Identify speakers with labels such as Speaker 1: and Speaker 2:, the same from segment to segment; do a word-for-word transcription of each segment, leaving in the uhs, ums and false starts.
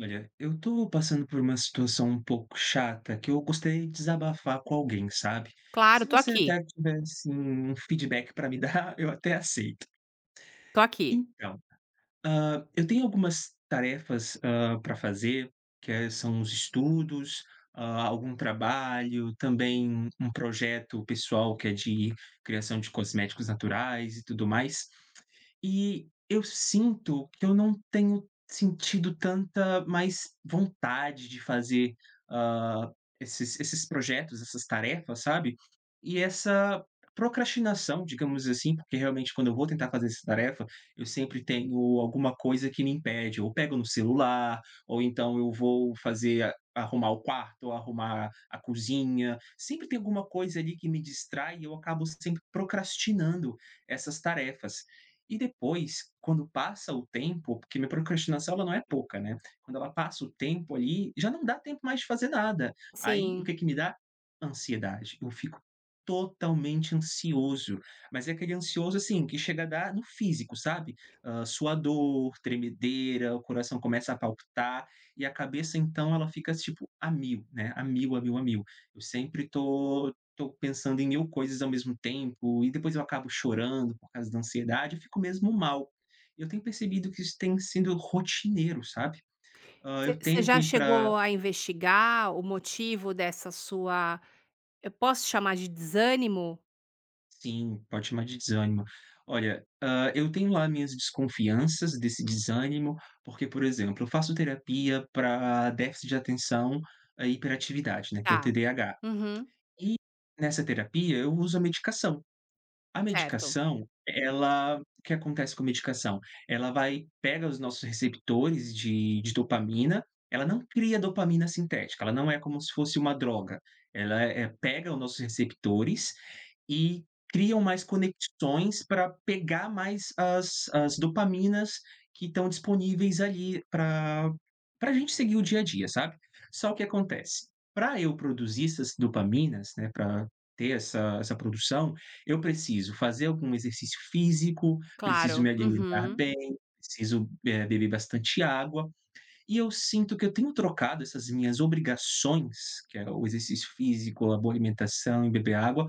Speaker 1: Olha, eu tô passando por uma situação um pouco chata que eu gostaria de desabafar com alguém, sabe? Se
Speaker 2: Claro, tô
Speaker 1: você
Speaker 2: aqui,
Speaker 1: até tiver assim, um feedback para me dar, eu até aceito.
Speaker 2: tô aqui.
Speaker 1: Então, ah, eu tenho algumas tarefas para fazer, que é- são os estudos, ah, algum trabalho, também um projeto pessoal que é de criação de cosméticos naturais e tudo mais. E eu sinto que eu não tenho sentido tanta mais vontade de fazer, hã, esses esses projetos, essas tarefas, sabe. E essa procrastinação, digamos assim, porque realmente quando eu vou tentar fazer essa tarefa, eu sempre tenho alguma coisa que me impede, ou pego no celular, ou então eu vou fazer a- arrumar o quarto, ou arrumar a cozinha, sempre tem alguma coisa ali que me distrai e eu acabo sempre procrastinando essas tarefas. E depois, quando passa o tempo, porque minha procrastinação ela não é pouca, né? Quando ela passa o tempo ali, já não dá tempo mais de fazer nada. Aí o
Speaker 2: Sim.
Speaker 1: que que me dá? Ansiedade. Eu fico totalmente ansioso, mas é aquele ansioso assim que chega a dar no físico, sabe? Ah, suador, tremedeira, o coração começa a palpitar e a cabeça então ela fica tipo a mil, né? A mil, a mil, a mil. Eu sempre tô estou pensando em mil coisas ao mesmo tempo, e depois eu acabo chorando por causa da ansiedade, eu fico mesmo mal. Eu tenho percebido que isso tem sido rotineiro, sabe? Hã, eu
Speaker 2: Você
Speaker 1: tento
Speaker 2: já
Speaker 1: ir para
Speaker 2: chegou a investigar o motivo dessa sua eu posso chamar de desânimo?
Speaker 1: sim, pode chamar de desânimo. Olha, hã, eu tenho lá minhas desconfianças desse desânimo, porque, por exemplo, eu faço terapia para déficit de atenção, hã, e hiperatividade, né, que é o
Speaker 2: Tá.
Speaker 1: T D A H.
Speaker 2: Uhum.
Speaker 1: E nessa terapia eu uso a medicação. A
Speaker 2: Certo.
Speaker 1: medicação, ela o que acontece com a medicação? Ela vai pega os nossos receptores de de dopamina, ela não cria dopamina sintética, ela não é como se fosse uma droga, ela, eh, pega os nossos receptores e criam mais conexões para pegar mais as as dopaminas que estão disponíveis ali para a gente seguir o dia a dia, sabe. Só o que acontece, para eu produzir essas dopaminas, né, para ter essa essa produção, eu preciso fazer algum exercício físico, preciso
Speaker 2: Claro.
Speaker 1: me alimentar
Speaker 2: Uhum.
Speaker 1: bem, preciso, eh, beber bastante água, e eu sinto que eu tenho trocado essas minhas obrigações, que é o exercício físico, a boa alimentação e beber água,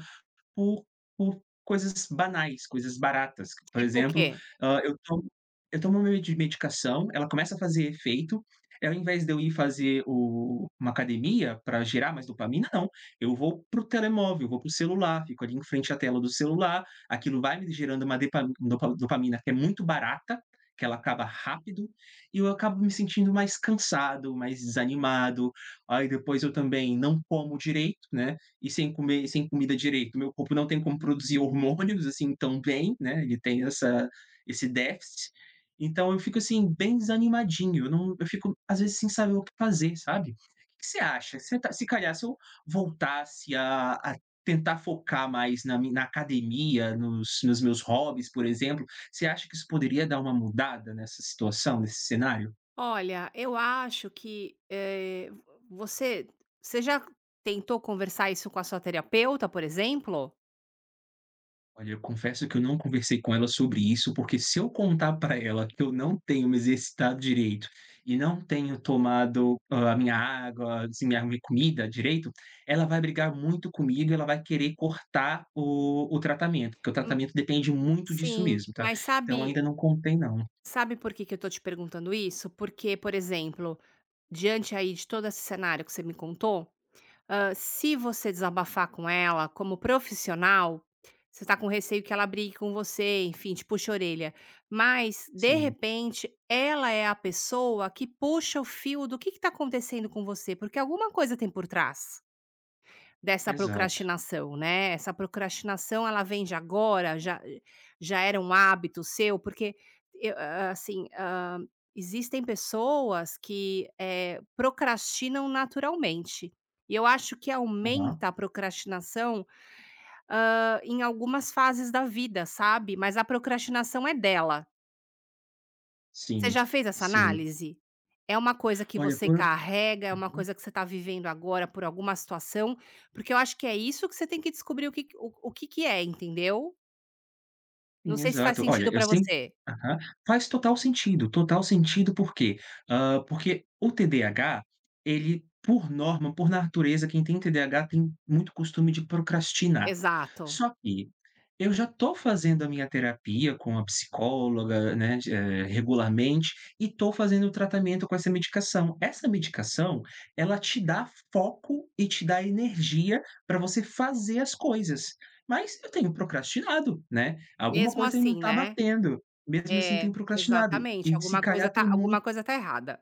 Speaker 1: por por coisas banais, coisas baratas. Por
Speaker 2: Tipo o
Speaker 1: exemplo,
Speaker 2: quê?
Speaker 1: hã, eu tomo eu tomo uma medi medicação, ela começa a fazer efeito, e ao invés de eu ir fazer o uma academia para gerar mais dopamina, não, eu vou para o telemóvel, vou para o celular, fico ali em frente à tela do celular, aquilo vai me gerando uma depa dopa dopamina que é muito barata, que ela acaba rápido, e eu acabo me sentindo mais cansado, mais desanimado. Aí depois eu também não como direito, né, e sem comer, sem comida direito, meu corpo não tem como produzir hormônios assim tão bem, né? Ele tem essa esse déficit. Então eu fico assim bem desanimadinho, eu não eu fico às vezes sem saber o que fazer, sabe? O que você acha? Se, se calhar se eu voltasse a, a tentar focar mais na, mi- na academia, nos, nos meus hobbies, por exemplo, você acha que isso poderia dar uma mudada nessa situação, nesse cenário?
Speaker 2: Olha, eu acho que, eh, você você já tentou conversar isso com a sua terapeuta, por exemplo?
Speaker 1: Olha, eu confesso que eu não conversei com ela sobre isso, porque se eu contar para ela que eu não tenho me exercitado direito e não tenho tomado, hã, a minha água, assim, minha minha comida direito, ela vai brigar muito comigo e ela vai querer cortar o o tratamento, porque o
Speaker 2: Hum,
Speaker 1: tratamento depende muito disso
Speaker 2: sim,
Speaker 1: mesmo, tá.
Speaker 2: mas
Speaker 1: Então
Speaker 2: sabe.
Speaker 1: ainda não contei não.
Speaker 2: Sabe por que que eu tô te perguntando isso? Porque, por exemplo, diante aí de todo esse cenário que você me contou. Hã, se você desabafar com ela como profissional, você tá com receio que ela brigue com você, enfim, te puxe a orelha. Mas, de
Speaker 1: Sim,
Speaker 2: repente, ela é a pessoa que puxa o fio do que que tá acontecendo com você, porque alguma coisa tem por trás. Dessa
Speaker 1: exato.
Speaker 2: procrastinação, né, essa procrastinação ela vem de agora, já já era um hábito seu? Porque eu a assim, hã, existem pessoas que, eh, procrastinam naturalmente, e eu acho que
Speaker 1: Aham.
Speaker 2: aumenta a procrastinação, hã, em algumas fases da vida, sabe, mas a procrastinação é dela. Você
Speaker 1: Sim,
Speaker 2: já fez essa
Speaker 1: sim.
Speaker 2: análise? É uma coisa que
Speaker 1: Olha,
Speaker 2: você
Speaker 1: por
Speaker 2: carrega, é uma coisa que você está vivendo agora por alguma situação, porque eu acho que é isso que você tem que descobrir o que que o o que que é, entendeu? Não
Speaker 1: Sim,
Speaker 2: sei se faz
Speaker 1: exato. Olha,
Speaker 2: sentido
Speaker 1: eu
Speaker 2: para
Speaker 1: sempre
Speaker 2: você.
Speaker 1: aham. Faz total sentido, total sentido por quê? Hã, porque o T D A H, ele por norma, por natureza, quem tem T D A H tem muito costume de procrastinar.
Speaker 2: Exato.
Speaker 1: Só que eu já tô fazendo a minha terapia com a psicóloga, né, de eh, regularmente, e tô fazendo o tratamento com essa medicação. Essa medicação, ela te dá foco e te dá energia para você fazer as coisas, mas eu tenho procrastinado, né? Alguma
Speaker 2: Mesmo
Speaker 1: coisa aí não
Speaker 2: assim,
Speaker 1: tá
Speaker 2: né.
Speaker 1: batendo. Mesmo assim
Speaker 2: É,
Speaker 1: tem procrastinado.
Speaker 2: exatamente,
Speaker 1: E se
Speaker 2: alguma coisa
Speaker 1: calhar
Speaker 2: tá
Speaker 1: tem muito
Speaker 2: alguma coisa tá errada.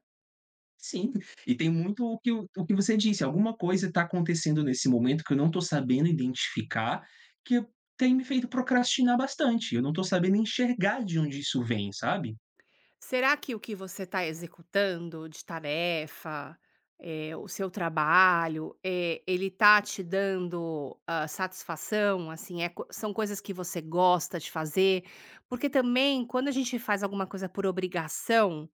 Speaker 1: sim, e tem muito o que o o que você disse, alguma coisa está acontecendo nesse momento que eu não estou sabendo identificar, que tem me feito procrastinar bastante. Eu não estou sabendo enxergar de onde isso vem, sabe?
Speaker 2: Será que o que você está executando de tarefa, eh, o seu trabalho, eh, ele tá te dando, hã, satisfação? Assim, é co são coisas que você gosta de fazer? Porque também quando a gente faz alguma coisa por obrigação,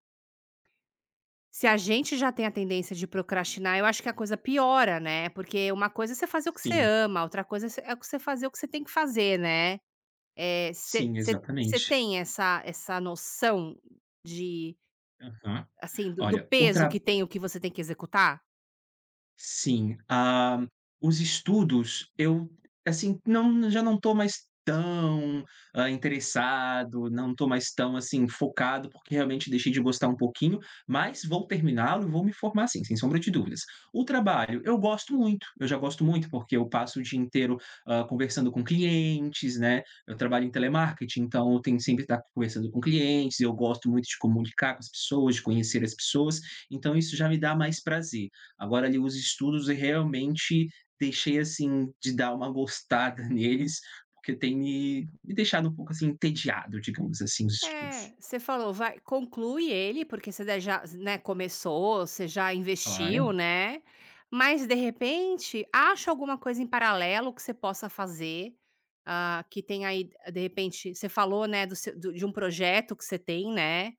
Speaker 2: se a gente já tem a tendência de procrastinar, eu acho que a coisa piora, né, porque uma coisa é você fazer o que você
Speaker 1: Sim,
Speaker 2: ama, outra coisa é você é você fazer o que você tem que fazer, né. Eh,
Speaker 1: sim,
Speaker 2: você
Speaker 1: exatamente.
Speaker 2: tem essa essa noção de
Speaker 1: Aham.
Speaker 2: assim, do do
Speaker 1: Olha, o
Speaker 2: peso
Speaker 1: tra
Speaker 2: que tem o que você tem que executar?
Speaker 1: Sim, ah, os estudos eu, assim, não já não estou mais tão, hã, interessado, não estou mais tão, assim, focado, porque realmente deixei de gostar um pouquinho, mas vou terminá-lo e vou me formar sim, sem sombra de dúvidas. O trabalho, eu gosto muito, eu já gosto muito, porque eu passo o dia inteiro, hã, conversando com clientes, né, eu trabalho em telemarketing, então eu tenho que sempre estar conversando com clientes, eu gosto muito de comunicar com as pessoas, de conhecer as pessoas, então isso já me dá mais prazer. Agora ali os estudos eu realmente deixei, assim, de dar uma gostada neles, porque tem me me deixado um pouco, assim, entediado, digamos assim, os estudos.
Speaker 2: É, você falou: "Vai conclui ele", porque você daí já né, começou, você já investiu,
Speaker 1: Claro,
Speaker 2: né, mas de repente, acha alguma coisa em paralelo que você possa fazer, ah, que tem aí de repente você falou, né, do seu do de um projeto que você tem, né.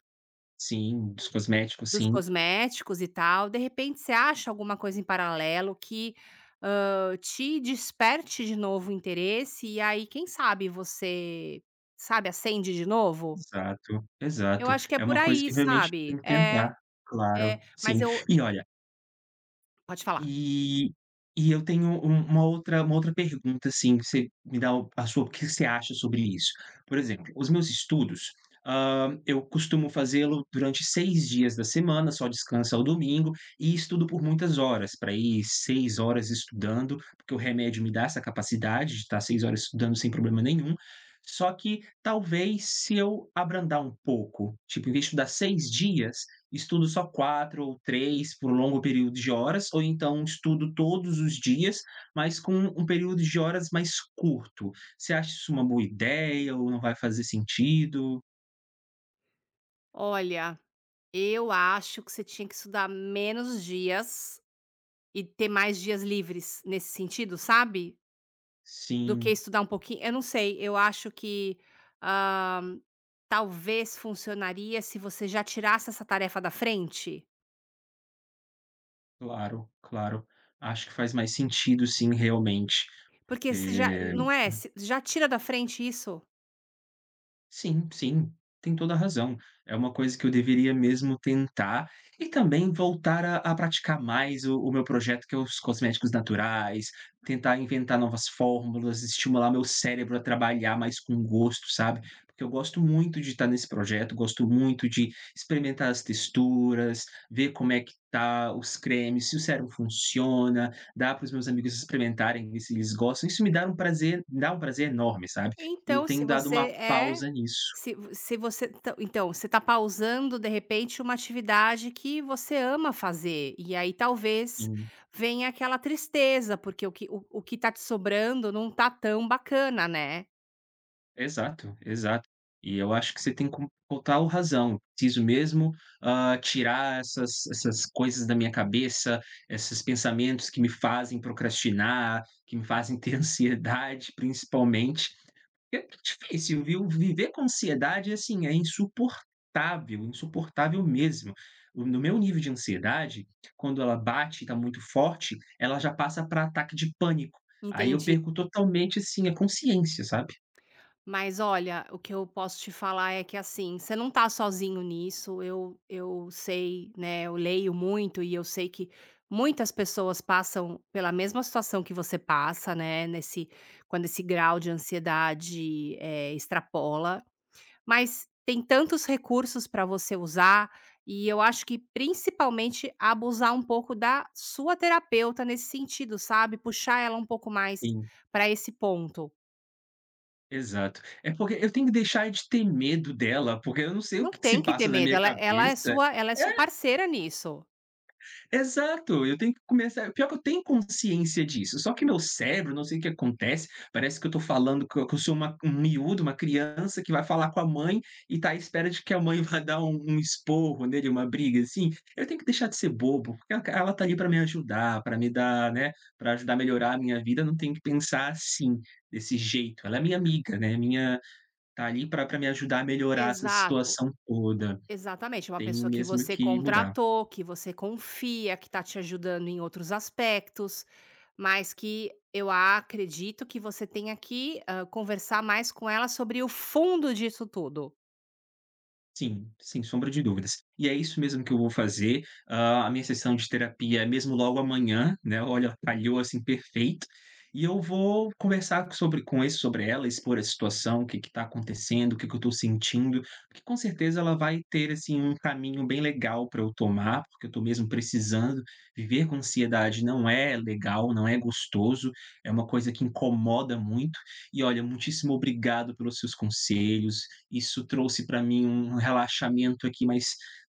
Speaker 1: sim, dos cosméticos,
Speaker 2: Dos
Speaker 1: sim.
Speaker 2: cosméticos e tal, de repente você acha alguma coisa em paralelo que, hã, te desperte de novo o interesse e aí quem sabe você, sabe, acende de novo?
Speaker 1: Exato,
Speaker 2: Eu
Speaker 1: exato.
Speaker 2: acho que é
Speaker 1: É
Speaker 2: por
Speaker 1: uma coisa
Speaker 2: aí,
Speaker 1: que realmente tem
Speaker 2: sabe.
Speaker 1: que
Speaker 2: É,
Speaker 1: tentar.
Speaker 2: é,
Speaker 1: Claro,
Speaker 2: mas
Speaker 1: sim.
Speaker 2: eu
Speaker 1: E olha,
Speaker 2: pode falar.
Speaker 1: E e eu tenho um uma outra uma outra pergunta, assim, que você me dá o a sua o que você acha sobre isso. Por exemplo, os meus estudos, hã, eu costumo fazê-lo durante seis dias da semana, só descanso ao domingo, e estudo por muitas horas, para ir seis horas estudando, porque o remédio me dá essa capacidade de estar seis horas estudando sem problema nenhum. Só que talvez se eu abrandar um pouco, tipo, em vez de estudar seis dias, estudo só quatro ou três por um longo período de horas, ou então estudo todos os dias, mas com um período de horas mais curto. Você acha isso uma boa ideia ou não vai fazer sentido?
Speaker 2: Olha, eu acho que você tinha que estudar menos dias e ter mais dias livres nesse sentido, sabe. Do que
Speaker 1: Sim,
Speaker 2: estudar um pouquinho eu não sei, eu acho que, hã, talvez funcionaria se você já tirasse essa tarefa da frente,
Speaker 1: claro, claro. Acho que faz mais sentido sim, realmente.
Speaker 2: porque se já
Speaker 1: Eh
Speaker 2: não é? Se já tira da frente isso.
Speaker 1: Sim, sim, tem toda a razão. É uma coisa que eu deveria mesmo tentar e também voltar a a praticar mais o o meu projeto, que é os cosméticos naturais, tentar inventar novas fórmulas, estimular meu cérebro a trabalhar mais com gosto, sabe. Porque eu gosto muito de estar nesse projeto, gosto muito de experimentar as texturas, ver como é que tá os cremes, se o sérum funciona, dar para os meus amigos experimentarem, ver se eles gostam. Isso me dá um prazer me dá um prazer enorme, sabe. E eu
Speaker 2: Então
Speaker 1: tenho
Speaker 2: se
Speaker 1: dado uma
Speaker 2: você é,
Speaker 1: pausa nisso.
Speaker 2: se vo- se você então então você está pausando de repente uma atividade que você ama fazer, e aí talvez
Speaker 1: Em
Speaker 2: venha aquela tristeza, porque o que o o que está te sobrando não está tão bacana, né.
Speaker 1: exato, exato. E eu acho que você tem com com total razão. Preciso mesmo, hã, tirar essas essas coisas da minha cabeça, esses pensamentos que me fazem procrastinar, que me fazem ter ansiedade, principalmente, É difícil, viu? Viver com ansiedade, assim, é insuportável, insuportável mesmo. O no meu nível de ansiedade, quando ela bate e tá muito forte, ela já passa para ataque de pânico. Aí eu
Speaker 2: Entendi.
Speaker 1: perco totalmente, assim, a consciência, sabe?
Speaker 2: Mas olha, o que eu posso te falar é que, assim, você não tá sozinho nisso. Eu eu sei, né, eu leio muito e eu sei que muitas pessoas passam pela mesma situação que você passa, né, nesse quando esse grau de ansiedade, eh, extrapola. Mas tem tantos recursos para você usar, e eu acho que principalmente abusar um pouco da sua terapeuta nesse sentido, sabe, puxar ela um pouco mais
Speaker 1: Sim,
Speaker 2: para esse ponto.
Speaker 1: exato. É porque eu tenho que deixar de ter medo dela, porque eu não sei o
Speaker 2: Não
Speaker 1: que que
Speaker 2: tem
Speaker 1: se
Speaker 2: que ter
Speaker 1: passa na
Speaker 2: medo,
Speaker 1: minha
Speaker 2: ela ela é
Speaker 1: cabeça.
Speaker 2: sua ela é sua parceira nisso.
Speaker 1: Exato, eu tenho que começar pior que eu tenho consciência disso, só que meu cérebro, não sei o que acontece, parece que eu tô falando que eu que eu sou uma um miúdo, uma criança que vai falar com a mãe e tá à espera de que a mãe vá dar um um esporro nele, uma briga, assim. Eu tenho que deixar de ser bobo, porque ela ela tá ali pra me ajudar, pra me dar, né, pra ajudar a melhorar a minha vida, eu não tenho que pensar assim, desse jeito. Ela é minha amiga, né, minha tá ali pra pra me ajudar a melhorar essa
Speaker 2: Exato,
Speaker 1: situação toda.
Speaker 2: exatamente, é uma
Speaker 1: Tenho
Speaker 2: pessoa que
Speaker 1: mesmo
Speaker 2: você
Speaker 1: que mudar.
Speaker 2: contratou, que você confia, que tá te ajudando em outros aspectos, mas que eu acredito que você tenha que, hã, conversar mais com ela sobre o fundo disso tudo.
Speaker 1: Sim, sem sombra de dúvidas. E é isso mesmo que eu vou fazer, hã, a minha sessão de terapia é mesmo logo amanhã, né, olha, calhou, assim, perfeito. E eu vou conversar com- sobre com esse sobre ela, expor a situação, o que está acontecendo, o que que eu estou sentindo, porque com certeza ela vai ter, assim, um caminho bem legal para eu tomar, porque eu estou mesmo precisando. Viver com ansiedade não é legal, não é gostoso, é uma coisa que incomoda muito. E olha, muitíssimo obrigado pelos seus conselhos, isso trouxe para mim um relaxamento aqui mais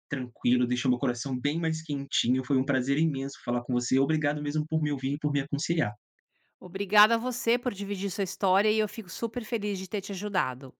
Speaker 1: tranquilo, deixou meu coração bem mais quentinho. Foi um prazer imenso falar com você. Obrigado mesmo por me ouvir e por me aconselhar.
Speaker 2: Obrigada a você por dividir sua história e eu fico super feliz de ter te ajudado.